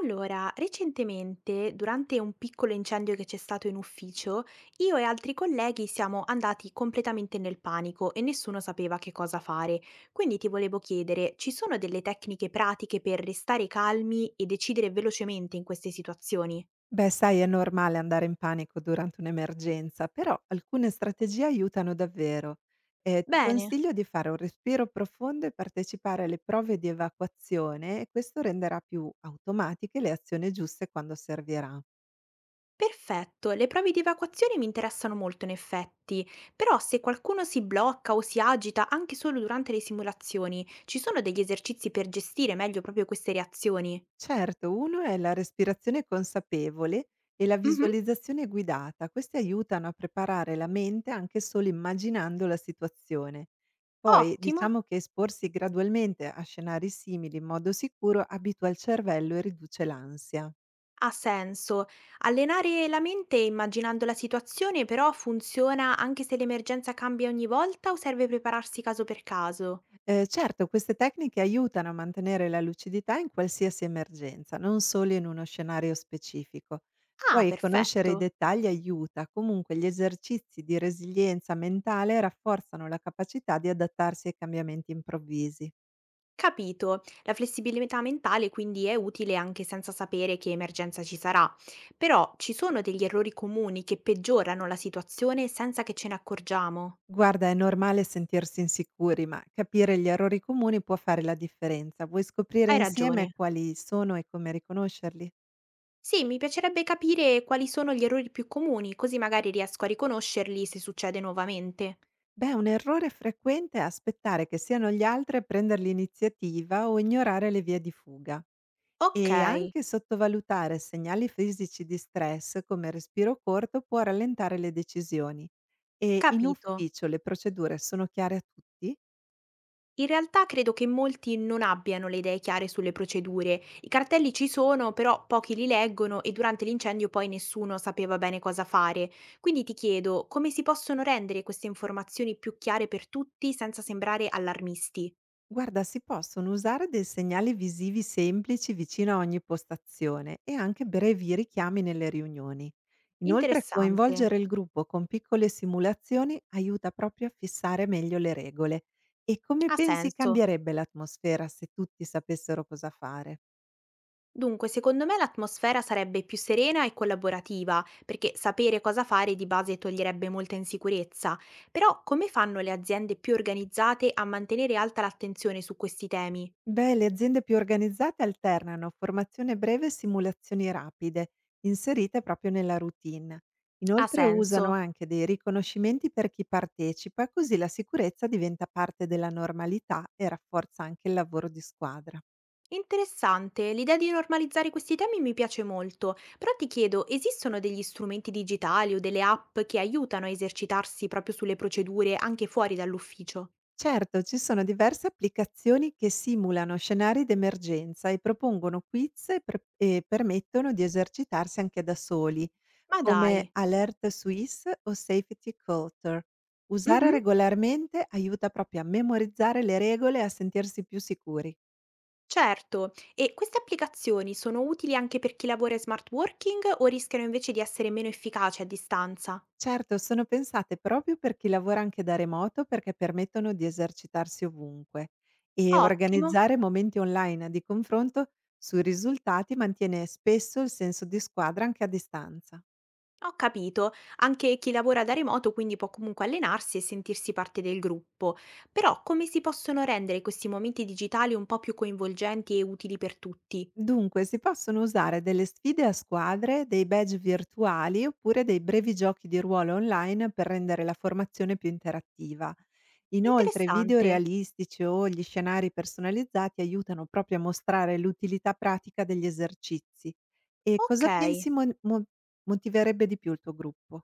Allora, recentemente, durante un piccolo incendio che c'è stato in ufficio, io e altri colleghi siamo andati completamente nel panico e nessuno sapeva che cosa fare. Quindi ti volevo chiedere, ci sono delle tecniche pratiche per restare calmi e decidere velocemente in queste situazioni? Beh, sai, è normale andare in panico durante un'emergenza, però alcune strategie aiutano davvero. Ti Bene, consiglio di fare un respiro profondo e partecipare alle prove di evacuazione e questo renderà più automatiche le azioni giuste quando serviranno. perfetto, le prove di evacuazione mi interessano molto in effetti, però se qualcuno si blocca o si agita anche solo durante le simulazioni, ci sono degli esercizi per gestire meglio proprio queste reazioni? Certo, uno è la respirazione consapevole e la Mhm. visualizzazione guidata. Queste aiutano a preparare la mente anche solo immaginando la situazione. Poi Ottimo, diciamo che esporsi gradualmente a scenari simili in modo sicuro abitua il cervello e riduce l'ansia. ha senso. Allenare la mente immaginando la situazione però funziona anche se l'emergenza cambia ogni volta o serve prepararsi caso per caso? Certo, queste tecniche aiutano a mantenere la lucidità in qualsiasi emergenza, non solo in uno scenario specifico. Ah, Poi conoscere i perfetto. dettagli aiuta, comunque gli esercizi di resilienza mentale rafforzano la capacità di adattarsi ai cambiamenti improvvisi. Capito. La flessibilità mentale quindi è utile anche senza sapere che emergenza ci sarà. Però ci sono degli errori comuni che peggiorano la situazione senza che ce ne accorgiamo. Guarda, è normale sentirsi insicuri, ma capire gli errori comuni può fare la differenza. Vuoi scoprire Hai ragione. insieme quali sono e come riconoscerli? Sì, mi piacerebbe capire quali sono gli errori più comuni, così magari riesco a riconoscerli se succede nuovamente. Beh, un errore frequente è aspettare che siano gli altri a prendere l'iniziativa o ignorare le vie di fuga e Okay, anche sottovalutare segnali fisici di stress come respiro corto può rallentare le decisioni e in capito. ufficio le procedure sono chiare a tutti? In realtà credo che molti non abbiano le idee chiare sulle procedure. I cartelli ci sono, però pochi li leggono e durante l'incendio poi nessuno sapeva bene cosa fare. Quindi ti chiedo, come si possono rendere queste informazioni più chiare per tutti senza sembrare allarmisti? Guarda, si possono usare dei segnali visivi semplici vicino a ogni postazione e anche brevi richiami nelle riunioni. Inoltre, Interessante. coinvolgere il gruppo con piccole simulazioni aiuta proprio a fissare meglio le regole. E come Ha pensi senso. cambierebbe l'atmosfera se tutti sapessero cosa fare? Dunque, secondo me l'atmosfera sarebbe più serena e collaborativa, perché sapere cosa fare di base toglierebbe molta insicurezza. Però come fanno le aziende più organizzate a mantenere alta l'attenzione su questi temi? Beh, le aziende più organizzate alternano formazione breve e simulazioni rapide, inserite proprio nella routine. Ha Inoltre usano senso. anche dei riconoscimenti per chi partecipa, così la sicurezza diventa parte della normalità e rafforza anche il lavoro di squadra. Interessante, l'idea di normalizzare questi temi mi piace molto, però ti chiedo, esistono degli strumenti digitali o delle app che aiutano a esercitarsi proprio sulle procedure anche fuori dall'ufficio? Certo, ci sono diverse applicazioni che simulano scenari d'emergenza e propongono quiz e, e permettono di esercitarsi anche da soli Ma come dai. Alerte Suisse o Safety Culture. Usare Mhm. regolarmente aiuta proprio a memorizzare le regole e a sentirsi più sicuri. Certo, e queste applicazioni sono utili anche per chi lavora in smart working o rischiano invece di essere meno efficaci a distanza? Certo, sono pensate proprio per chi lavora anche da remoto perché permettono di esercitarsi ovunque e Ottimo, organizzare momenti online di confronto sui risultati mantiene spesso il senso di squadra anche a distanza. ho capito. Anche chi lavora da remoto quindi può comunque allenarsi e sentirsi parte del gruppo. Però come si possono rendere questi momenti digitali un po' più coinvolgenti e utili per tutti? Dunque, si possono usare delle sfide a squadre, dei badge virtuali oppure dei brevi giochi di ruolo online per rendere la formazione più interattiva. Inoltre, video Interessante. realistici o gli scenari personalizzati aiutano proprio a mostrare l'utilità pratica degli esercizi. E Ok. cosa pensi motiverebbe di più il tuo gruppo?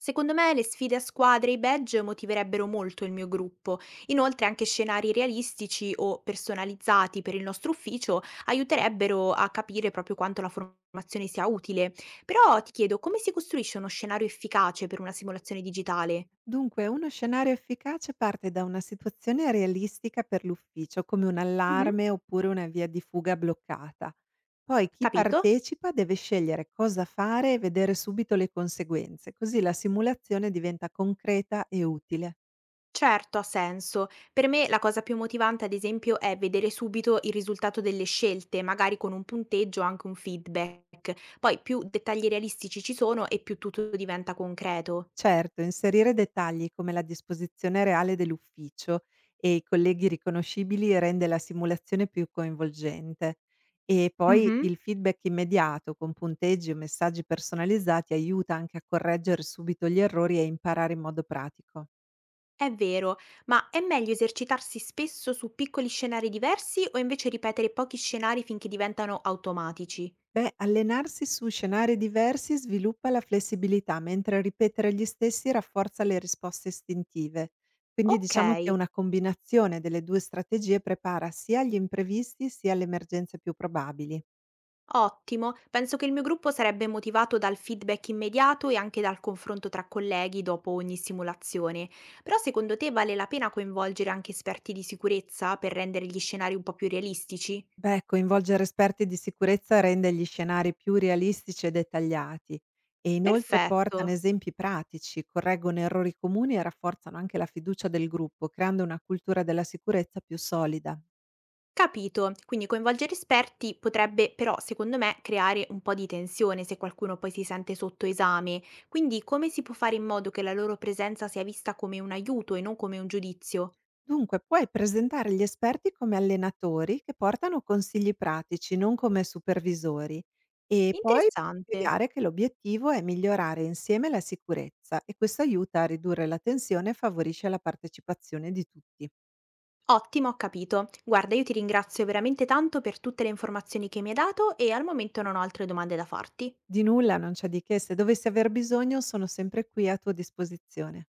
Secondo me le sfide a squadre e i badge motiverebbero molto il mio gruppo. Inoltre anche scenari realistici o personalizzati per il nostro ufficio aiuterebbero a capire proprio quanto la formazione sia utile. Però ti chiedo come si costruisce uno scenario efficace per una simulazione digitale? Dunque, uno scenario efficace parte da una situazione realistica per l'ufficio, come un Mhm. allarme oppure una via di fuga bloccata. Poi chi Capito? partecipa deve scegliere cosa fare e vedere subito le conseguenze, così la simulazione diventa concreta e utile. Certo, ha senso. Per me la cosa più motivante, ad esempio, è vedere subito il risultato delle scelte, magari con un punteggio o anche un feedback. Poi più dettagli realistici ci sono e più tutto diventa concreto. Certo, inserire dettagli come la disposizione reale dell'ufficio e i colleghi riconoscibili rende la simulazione più coinvolgente. E poi Mhm, il feedback immediato con punteggi o messaggi personalizzati aiuta anche a correggere subito gli errori e imparare in modo pratico. è vero, ma è meglio esercitarsi spesso su piccoli scenari diversi o invece ripetere pochi scenari finché diventano automatici? Beh, allenarsi su scenari diversi sviluppa la flessibilità, mentre ripetere gli stessi rafforza le risposte istintive. Quindi Ok. diciamo che una combinazione delle due strategie prepara sia gli imprevisti sia le emergenze più probabili. Ottimo, penso che il mio gruppo sarebbe motivato dal feedback immediato e anche dal confronto tra colleghi dopo ogni simulazione. Però secondo te vale la pena coinvolgere anche esperti di sicurezza per rendere gli scenari un po' più realistici? Beh, coinvolgere esperti di sicurezza rende gli scenari più realistici e dettagliati e inoltre Perfetto, portano esempi pratici, correggono errori comuni e rafforzano anche la fiducia del gruppo, creando una cultura della sicurezza più solida. capito. Quindi coinvolgere esperti potrebbe però, secondo me, creare un po' di tensione se qualcuno poi si sente sotto esame. Quindi come si può fare in modo che la loro presenza sia vista come un aiuto e non come un giudizio? Dunque, puoi presentare gli esperti come allenatori che portano consigli pratici, non come supervisori, e poi Interessante. spiegare che l'obiettivo è migliorare insieme la sicurezza e questo aiuta a ridurre la tensione e favorisce la partecipazione di tutti. Ottimo, ho capito. Guarda, io ti ringrazio veramente tanto per tutte le informazioni che mi hai dato e al momento non ho altre domande da farti. Di nulla, non c'è di che, se dovessi aver bisogno sono sempre qui a tua disposizione.